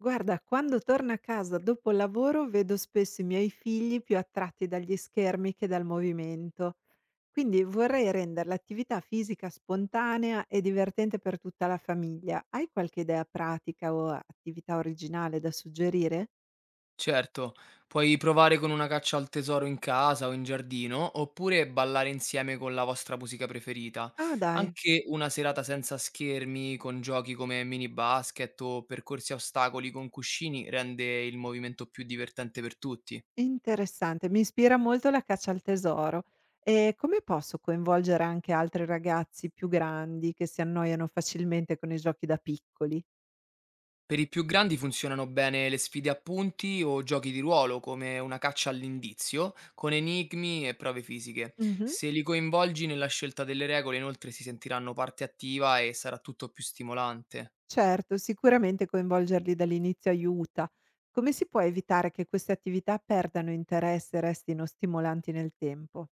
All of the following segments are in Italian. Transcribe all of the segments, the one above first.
Guarda, quando torno a casa dopo il lavoro vedo spesso i miei figli più attratti dagli schermi che dal movimento, quindi vorrei rendere l'attività fisica spontanea e divertente per tutta la famiglia. Hai qualche idea pratica o attività originale da suggerire? Certo, puoi provare con una caccia al tesoro in casa o in giardino, oppure ballare insieme con la vostra musica preferita. Ah dai, Anche una serata senza schermi, con giochi come mini basket o percorsi a ostacoli con cuscini, rende il movimento più divertente per tutti. interessante, mi ispira molto la caccia al tesoro. E come posso coinvolgere anche altri ragazzi più grandi che si annoiano facilmente con i giochi da piccoli? Per i più grandi funzionano bene le sfide a punti o giochi di ruolo, come una caccia all'indizio, con enigmi e prove fisiche. Mhm. Se li coinvolgi nella scelta delle regole, inoltre si sentiranno parte attiva e sarà tutto più stimolante. Certo, sicuramente coinvolgerli dall'inizio aiuta. Come si può evitare che queste attività perdano interesse e restino stimolanti nel tempo?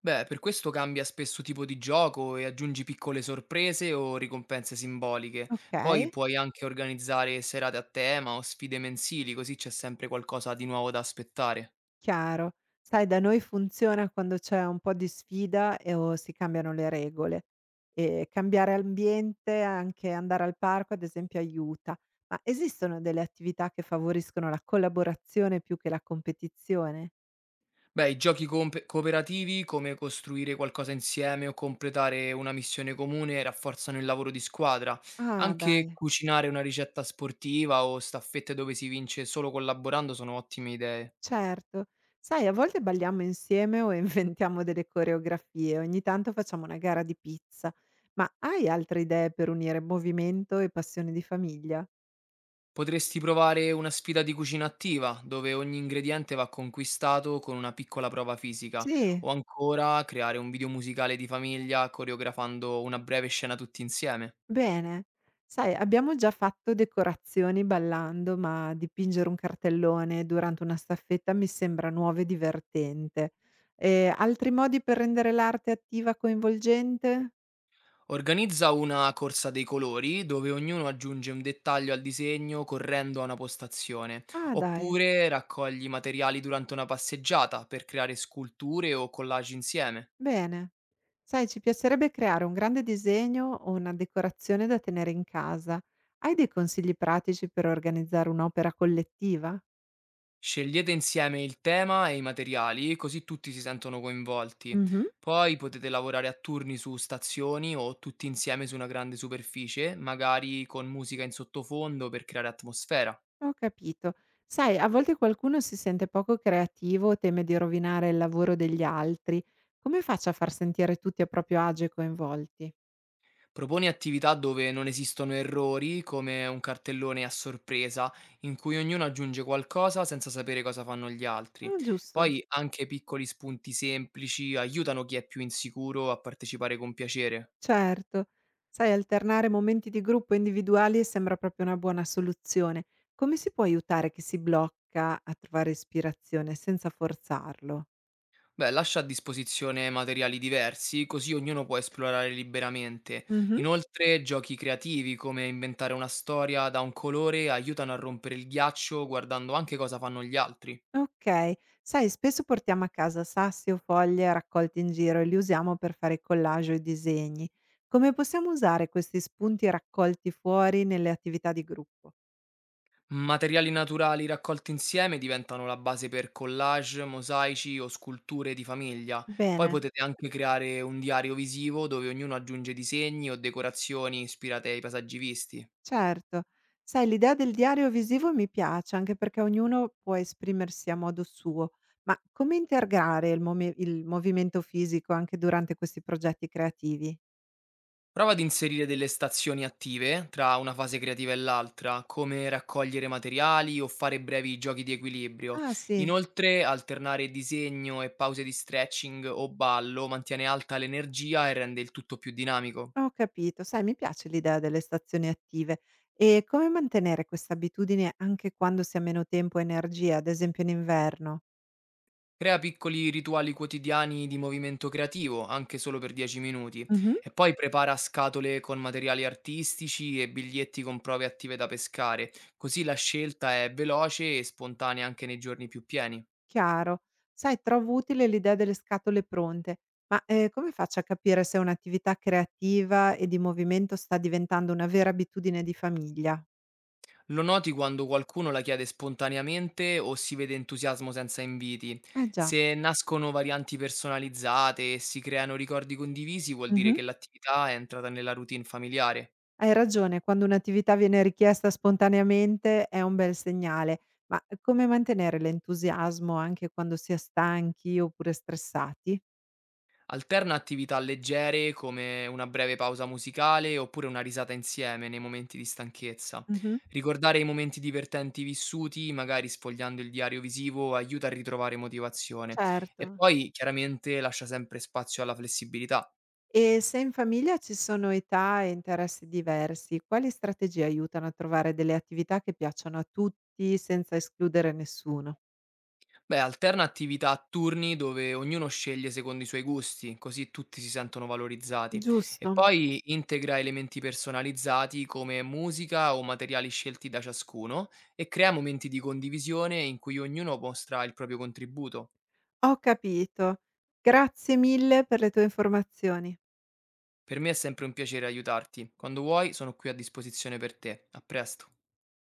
Beh, per questo cambia spesso tipo di gioco e aggiungi piccole sorprese o ricompense simboliche. Ok, Poi puoi anche organizzare serate a tema o sfide mensili, così c'è sempre qualcosa di nuovo da aspettare. chiaro. Sai, da noi funziona quando c'è un po' di sfida e o si cambiano le regole. E cambiare ambiente, anche andare al parco, ad esempio, aiuta. Ma esistono delle attività che favoriscono la collaborazione più che la competizione? Beh, i giochi comp cooperativi, come costruire qualcosa insieme o completare una missione comune, rafforzano il lavoro di squadra. Ah, Anche dai. cucinare una ricetta sportiva o staffette dove si vince solo collaborando sono ottime idee. Certo. Sai, a volte balliamo insieme o inventiamo delle coreografie, ogni tanto facciamo una gara di pizza. Ma hai altre idee per unire movimento e passione di famiglia? Potresti provare una sfida di cucina attiva, dove ogni ingrediente va conquistato con una piccola prova fisica, Sì, o ancora creare un video musicale di famiglia coreografando una breve scena tutti insieme. bene. Sai, abbiamo già fatto decorazioni ballando, ma dipingere un cartellone durante una staffetta mi sembra nuovo e divertente. E altri modi per rendere l'arte attiva coinvolgente? Organizza una corsa dei colori dove ognuno aggiunge un dettaglio al disegno correndo a una postazione, Ah, dai. oppure raccogli materiali durante una passeggiata per creare sculture o collage insieme. Bene. Sai, ci piacerebbe creare un grande disegno o una decorazione da tenere in casa. Hai dei consigli pratici per organizzare un'opera collettiva? Scegliete insieme il tema e i materiali così tutti si sentono coinvolti. Mhm. Poi potete lavorare a turni su stazioni o tutti insieme su una grande superficie, magari con musica in sottofondo per creare atmosfera. Ho capito. Sai, a volte qualcuno si sente poco creativo o teme di rovinare il lavoro degli altri. Come faccio a far sentire tutti a proprio agio e coinvolti? Proponi attività dove non esistono errori, come un cartellone a sorpresa, in cui ognuno aggiunge qualcosa senza sapere cosa fanno gli altri. Ah, giusto. Poi anche piccoli spunti semplici aiutano chi è più insicuro a partecipare con piacere. Certo. Sai, alternare momenti di gruppo e individuali sembra proprio una buona soluzione. Come si può aiutare chi si blocca a trovare ispirazione senza forzarlo? Beh, lascia a disposizione materiali diversi, così ognuno può esplorare liberamente. Mh-mh. Inoltre, giochi creativi come inventare una storia da un colore aiutano a rompere il ghiaccio guardando anche cosa fanno gli altri. Okay. Sai, spesso portiamo a casa sassi o foglie raccolti in giro e li usiamo per fare collage o i disegni. Come possiamo usare questi spunti raccolti fuori nelle attività di gruppo? Materiali naturali raccolti insieme diventano la base per collage, mosaici o sculture di famiglia. Poi Bene. potete anche creare un diario visivo dove ognuno aggiunge disegni o decorazioni ispirate ai paesaggi visti. Certo. Sai, l'idea del diario visivo mi piace, anche perché ognuno può esprimersi a modo suo. Ma come integrare il movimento fisico anche durante questi progetti creativi? Prova ad inserire delle stazioni attive tra una fase creativa e l'altra, come raccogliere materiali o fare brevi giochi di equilibrio. Ah sì, Inoltre, alternare disegno e pause di stretching o ballo mantiene alta l'energia e rende il tutto più dinamico. ho capito. Sai, mi piace l'idea delle stazioni attive. E come mantenere questa abitudine anche quando si ha meno tempo e energia, ad esempio in inverno? Crea piccoli rituali quotidiani di movimento creativo, anche solo per 10 minuti, e poi prepara scatole con materiali artistici e biglietti con prove attive da pescare, così la scelta è veloce e spontanea anche nei giorni più pieni. Chiaro. Sai, trovo utile l'idea delle scatole pronte, ma come faccio a capire se un'attività creativa e di movimento sta diventando una vera abitudine di famiglia? Lo noti quando qualcuno la chiede spontaneamente o si vede entusiasmo senza inviti. Eh già. Se nascono varianti personalizzate e si creano ricordi condivisi, vuol dire Mhm. che l'attività è entrata nella routine familiare. Hai ragione, quando un'attività viene richiesta spontaneamente è un bel segnale, ma come mantenere l'entusiasmo anche quando si è stanchi oppure stressati? Alterna attività leggere come una breve pausa musicale oppure una risata insieme nei momenti di stanchezza. Mhm. Ricordare i momenti divertenti vissuti, magari sfogliando il diario visivo, aiuta a ritrovare motivazione. Certo. E poi chiaramente lascia sempre spazio alla flessibilità. E se in famiglia ci sono età e interessi diversi, quali strategie aiutano a trovare delle attività che piacciono a tutti senza escludere nessuno? Beh, alterna attività a turni dove ognuno sceglie secondo i suoi gusti, così tutti si sentono valorizzati. E Giusto. poi integra elementi personalizzati come musica o materiali scelti da ciascuno e crea momenti di condivisione in cui ognuno mostra il proprio contributo. Ho capito. Grazie mille per le tue informazioni. Per me è sempre un piacere aiutarti. Quando vuoi, sono qui a disposizione per te. A presto.